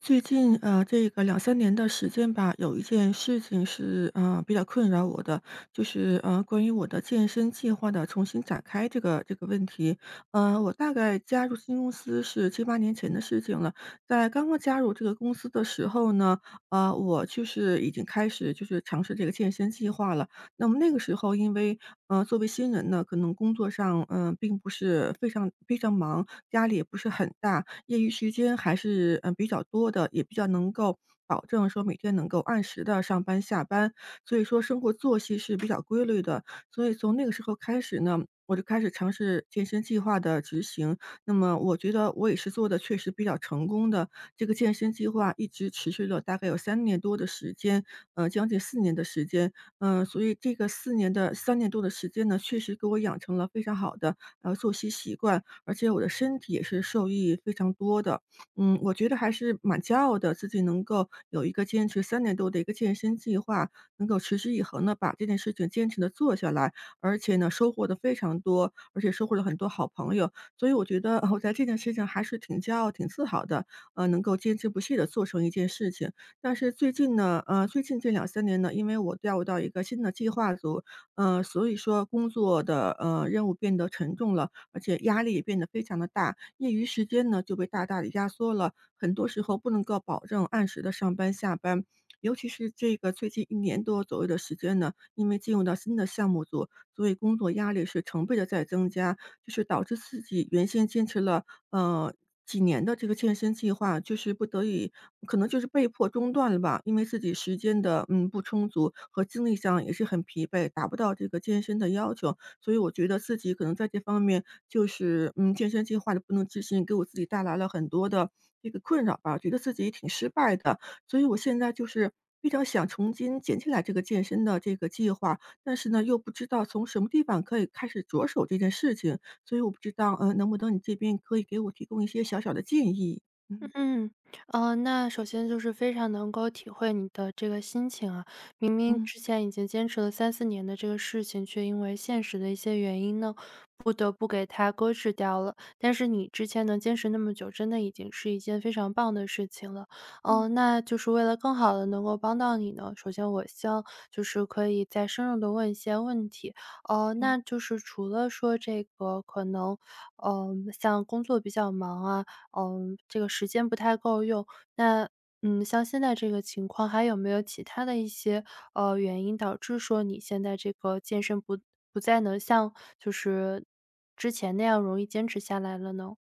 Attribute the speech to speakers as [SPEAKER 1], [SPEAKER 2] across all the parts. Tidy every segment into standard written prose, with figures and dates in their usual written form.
[SPEAKER 1] 最近这个两三年的时间吧，有一件事情是，比较困扰我的，就是，关于我的健身计划的重新展开这个问题。我大概加入新公司是七八年前的事情了，在刚刚加入这个公司的时候呢，我就是已经开始就是尝试这个健身计划了。那么那个时候因为，作为新人呢，可能工作上，并不是非常非常忙，压力也不是很大，业余时间还是，比较多的，也比较能够保证说每天能够按时的上班下班，所以说生活作息是比较规律的。所以从那个时候开始呢，我就开始尝试健身计划的执行，那么我觉得我也是做的确实比较成功的。这个健身计划一直持续了大概有三年多的时间，将近4年的时间。所以这个4年的3年多的时间呢，确实给我养成了非常好的，作息习惯，而且我的身体也是受益非常多的。我觉得还是蛮骄傲的，自己能够有一个坚持三年多的一个健身计划，能够持之以恒的把这件事情坚持的做下来，而且呢，收获的非常多，而且收获了很多好朋友。所以我觉得我在这件事情还是挺骄傲、挺自豪的，能够坚持不懈的做成一件事情。但是最近呢，最近这两三年呢，因为我调入到一个新的计划组，所以说工作的，任务变得沉重了，而且压力也变得非常的大，业余时间呢就被大大的压缩了，很多时候不能够保证按时的上班下班。尤其是这个最近一年多左右的时间呢，因为进入到新的项目组，所以工作压力是成倍的在增加，就是导致自己原先坚持了，几年的这个健身计划，就是不得已可能就是被迫中断了吧。因为自己时间的，不充足和精力上也是很疲惫，达不到这个健身的要求，所以我觉得自己可能在这方面就是，健身计划的不能执行，给我自己带来了很多的这个困扰吧，觉得自己也挺失败的。所以我现在就是非常想重新捡起来这个健身的这个计划，但是呢，又不知道从什么地方可以开始着手这件事情，所以我不知道，能不能你这边可以给我提供一些小小的建议？嗯。
[SPEAKER 2] 嗯，那首先就是非常能够体会你的这个心情啊，明明
[SPEAKER 1] 嗯
[SPEAKER 2] 之前已经坚持了三四年的这个事情，却因为现实的一些原因呢，不得不给它搁置掉了。但是你之前能坚持那么久，真的已经是一件非常棒的事情了。
[SPEAKER 1] 嗯，
[SPEAKER 2] 那就是为了更好的能够帮到你呢，首先我希望就是可以再深入的问一些问题。
[SPEAKER 1] 好。
[SPEAKER 2] 那就是除了说这个可能，像工作比较忙啊，这个时间不太够用。那像现在这个情况，还有没有其他的一些原因导致说你现在这个健身不再能像就是之前那样容易坚持下来了呢？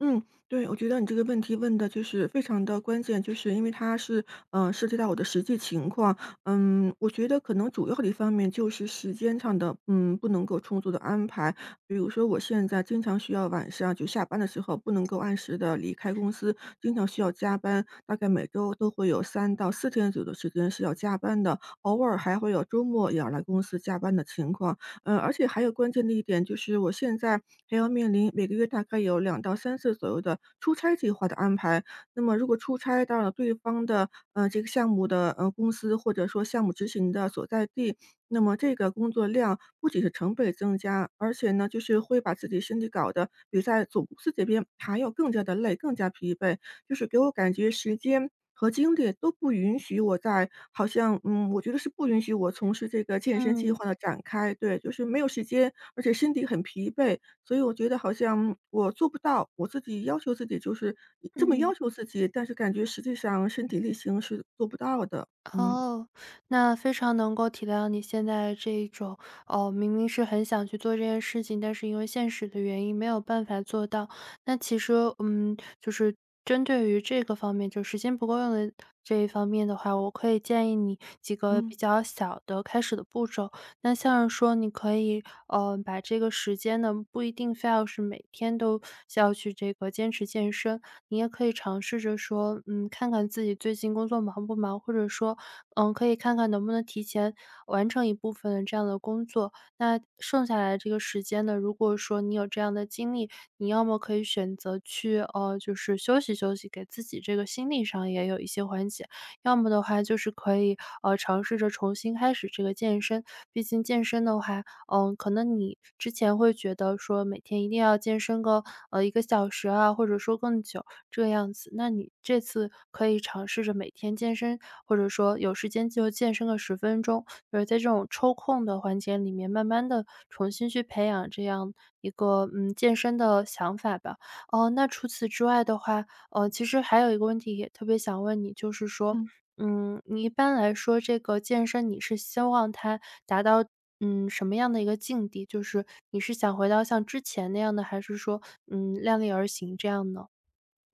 [SPEAKER 1] 嗯，对，我觉得你这个问题问的就是非常的关键，就是因为它是，涉及到我的实际情况。嗯，我觉得可能主要的一方面就是时间上的，不能够充足的安排。比如说我现在经常需要晚上就下班的时候不能够按时的离开公司，经常需要加班，大概每周都会有3到4天左右的时间是要加班的，偶尔还会有周末也要来公司加班的情况。而且还有关键的一点就是，我现在还要面临每个月大概有2到3次左右的出差计划的安排。那么如果出差到了对方的，这个项目的，公司或者说项目执行的所在地，那么这个工作量不仅是成本增加，而且呢，就是会把自己身体搞得比在总公司这边还要更加的累、更加疲惫。就是给我感觉时间和精力都不允许我在，好像我觉得是不允许我从事这个健身计
[SPEAKER 2] 嗯
[SPEAKER 1] 划的展开。对，就是没有时间，而且身体很疲惫，所以我觉得好像我做不到，我自己要求自己就是这么要
[SPEAKER 2] 嗯。
[SPEAKER 1] 求自己，但是感觉实际上身体力行是做不到的。嗯。
[SPEAKER 2] 哦，那非常能够体谅你现在这一种，哦，明明是很想去做这件事情，但是因为现实的原因没有办法做到。那其实，嗯，就是针对于这个方面，就时间不够用的这一方面的话，我可以建议你几个
[SPEAKER 1] 嗯
[SPEAKER 2] 比较小的开始的步骤。那像是说你可以，把这个时间呢，不一定非要是每天都需要去这个坚持健身，你也可以尝试着说，看看自己最近工作忙不忙，或者说，可以看看能不能提前完成一部分的这样的工作。那剩下来的这个时间呢，如果说你有这样的精力，你要么可以选择去，就是休息休息，给自己这个心理上也有一些缓解。要么的话就是可以，尝试着重新开始这个健身。毕竟健身的话，可能你之前会觉得说每天一定要健身个，一个小时啊，或者说更久这个样子。那你这次可以尝试着每天健身，或者说有时间就健身个10分钟，就是在这种抽空的环节里面慢慢的重新去培养这样一个，健身的想法吧。哦，那除此之外的话，其实还有一个问题也特别想问你，就是说
[SPEAKER 1] 嗯。
[SPEAKER 2] 你一般来说这个健身你是希望它达到，什么样的一个境地？就是你是想回到像之前那样的，还是说，量力而行这样呢？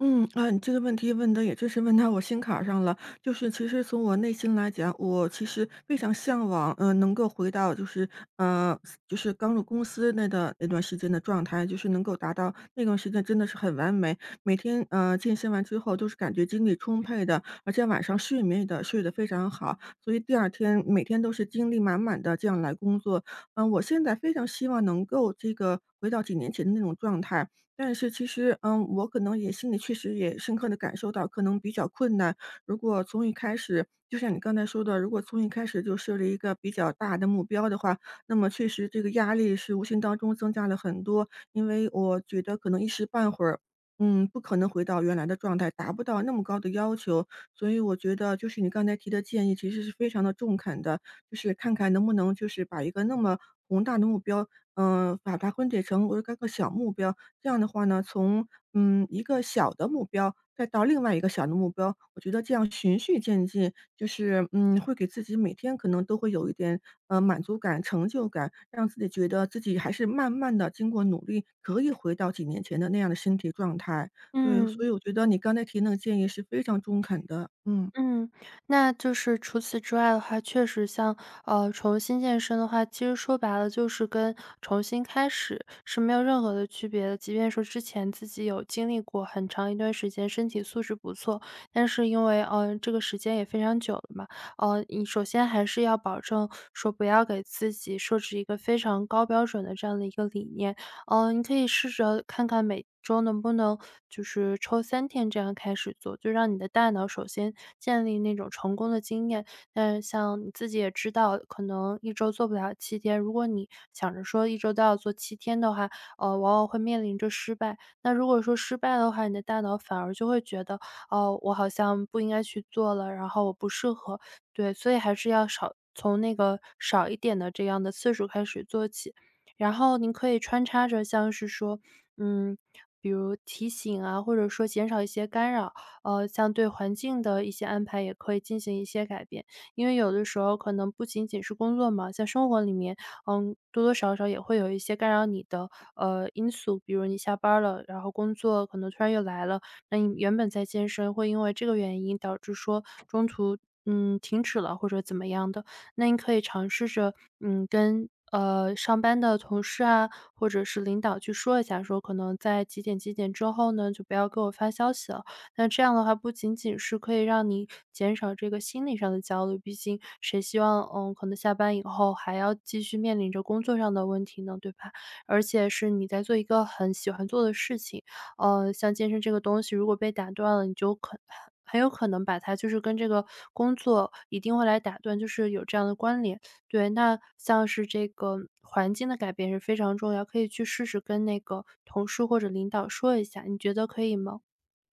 [SPEAKER 1] 嗯，啊，你这个问题问的也真是问到我心坎儿上了。就是其实从我内心来讲，我其实非常向往，能够回到就是呃，就是刚入公司那的那段时间的状态，就是能够达到那段时间真的是很完美。每天健身完之后都是感觉精力充沛的，而且晚上睡眠也得睡得非常好，所以第二天每天都是精力满满的这样来工作。我现在非常希望能够这个回到几年前的那种状态。但是其实，我可能也心里确实也深刻的感受到，可能比较困难。如果从一开始就像你刚才说的，如果从一开始就设立一个比较大的目标的话，那么确实这个压力是无形当中增加了很多。因为我觉得可能一时半会儿，不可能回到原来的状态，达不到那么高的要求。所以我觉得就是你刚才提的建议其实是非常的中肯的，就是看看能不能就是把一个那么宏大的目标，把它分解成若干个小目标，这样的话呢，从一个小的目标，再到另外一个小的目标，我觉得这样循序渐进，就是会给自己每天可能都会有一点满足感、成就感，让自己觉得自己还是慢慢的经过努力，可以回到几年前的那样的身体状态。对，所
[SPEAKER 2] 嗯。
[SPEAKER 1] 以我觉得你刚才提那个建议是非常中肯的，嗯。
[SPEAKER 2] 嗯，那就是除此之外的话，确实像，重新健身的话，其实说白了就是跟重新开始是没有任何的区别的。即便说之前自己有经历过很长一段时间身体素质不错，但是因为，这个时间也非常久了嘛，你首先还是要保证说不要给自己设置一个非常高标准的这样的一个理念，你可以试着看看每周能不能就是抽3天这样开始做，就让你的大脑首先建立那种成功的经验。但像你自己也知道，可能一周做不了七天，如果你想着说一周都要做七天的话，往往会面临着失败。那如果说失败的话，你的大脑反而就会觉得，哦，我好像不应该去做了，然后我不适合。对，所以还是要少从那个少一点的这样的次数开始做起。然后您可以穿插着像是说，嗯，比如提醒啊，或者说减少一些干扰，像对环境的一些安排也可以进行一些改变。因为有的时候可能不仅仅是工作嘛，在生活里面，多多少少也会有一些干扰你的因素，比如你下班儿了，然后工作可能突然又来了，那你原本在健身，会因为这个原因导致说中途停止了或者怎么样的。那你可以尝试着，跟，上班的同事啊，或者是领导去说一下，说可能在几点几点之后呢，就不要给我发消息了。那这样的话，不仅仅是可以让你减少这个心理上的焦虑，毕竟谁希望，可能下班以后还要继续面临着工作上的问题呢，对吧？而且是你在做一个很喜欢做的事情，像健身这个东西，如果被打断了，你就很有可能把它就是跟这个工作一定会来打断，就是有这样的关联。对，那像是这个环境的改变是非常重要，可以去试试跟那个同事或者领导说一下，你觉得可以吗？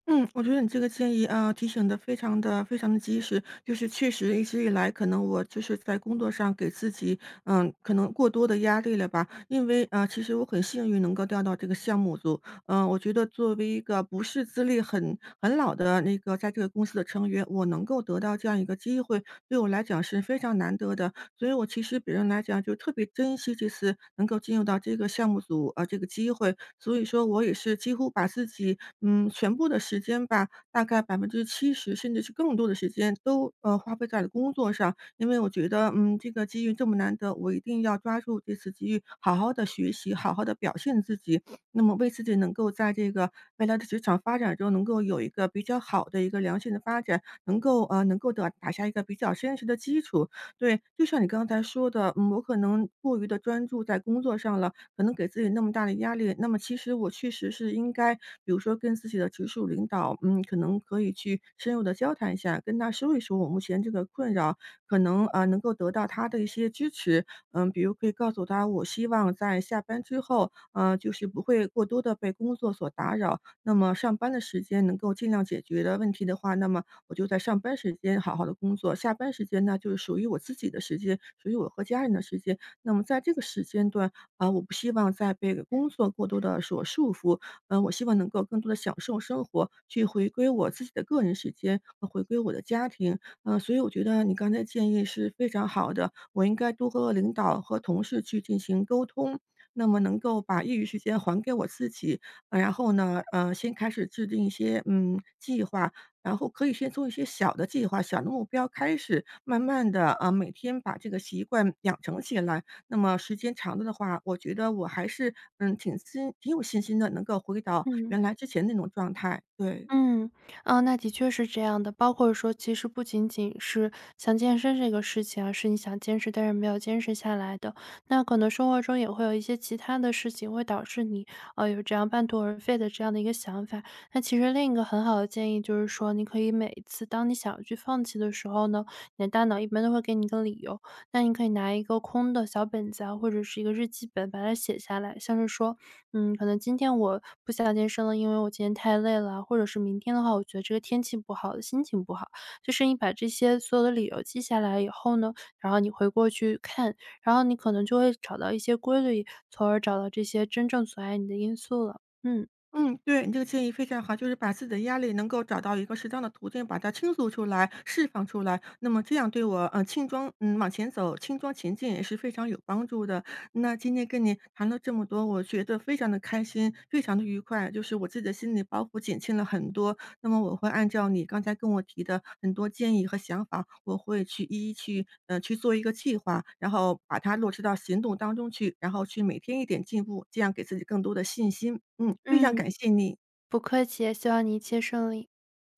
[SPEAKER 1] 嗯，我觉得你这个建议啊，提醒的非常的非常的及时。就是确实一直以来，可能我就是在工作上给自己，可能过多的压力了吧。因为啊，其实我很幸运能够调到这个项目组。我觉得作为一个不是资历很老的那个在这个公司的成员，我能够得到这样一个机会，对我来讲是非常难得的。所以我其实比人来讲就特别珍惜这次能够进入到这个项目组啊，这个机会。所以说我也是几乎把自己，全部的时间吧，大概70%，甚至是更多的时间都，花费在了工作上。因为我觉得，这个机遇这么难得，我一定要抓住这次机遇，好好的学习，好好的表现自己。那么为自己能够在这个未来的职场发展中能够有一个比较好的一个良性的发展，能够能够的打下一个比较坚实的基础。对，就像你刚才说的，我可能过于的专注在工作上了，可能给自己那么大的压力。那么其实我确实是应该，比如说跟自己的直属领导，可能可以去深入的交谈一下，跟他说一说我目前这个困扰，可能啊，能够得到他的一些支持。比如可以告诉他，我希望在下班之后，就是不会过多的被工作所打扰，那么上班的时间能够尽量解决的问题的话，那么我就在上班时间好好的工作，下班时间呢，就是属于我自己的时间，属于我和家人的时间。那么在这个时间段，啊，我不希望再被工作过多的所束缚，我希望能够更多的享受生活，去回归我自己的个人时间，和回归我的家庭。嗯，所以我觉得你刚才建议是非常好的，我应该多和领导和同事去进行沟通，那么能够把业余时间还给我自己。然后呢，先开始制定一些，计划，然后可以先从一些小的计划、小的目标开始，慢慢的啊，每天把这个习惯养成起来。那么时间长了的话，我觉得我还是，挺有信心的，能够回到
[SPEAKER 2] 嗯。
[SPEAKER 1] 原来之前那种状态，对。
[SPEAKER 2] 嗯，啊，那的确是这样的。包括说，其实不仅仅是像健身这个事情啊，是你想坚持，但是没有坚持下来的。那可能生活中也会有一些其他的事情，会导致你啊有这样半途而废的这样的一个想法。那其实另一个很好的建议就是说，你可以每一次当你想要去放弃的时候呢，你的大脑一般都会给你一个理由。那你可以拿一个空的小本子啊，或者是一个日记本，把它写下来，像是说可能今天我不想健身了，因为我今天太累了，或者是明天的话，我觉得这个天气不好，心情不好。就是你把这些所有的理由记下来以后呢，然后你回过去看，然后你可能就会找到一些规律，从而找到这些真正阻碍你的因素了。嗯。
[SPEAKER 1] 嗯，对，你这个建议非常好，就是把自己的压力能够找到一个适当的途径，把它倾诉出来、释放出来，那么这样对我，嗯轻装嗯，往前走、轻装前进也是非常有帮助的。那今天跟你谈了这么多，我觉得非常的开心，非常的愉快，就是我自己的心理包袱减轻了很多，那么我会按照你刚才跟我提的很多建议和想法，我会去一一去，去做一个计划，然后把它落实到行动当中去，然后去每天一点进步，这样给自己更多的信心。嗯，非常
[SPEAKER 2] 嗯，
[SPEAKER 1] 感谢你，
[SPEAKER 2] 不客气，希望你一切顺利。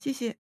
[SPEAKER 1] 谢谢。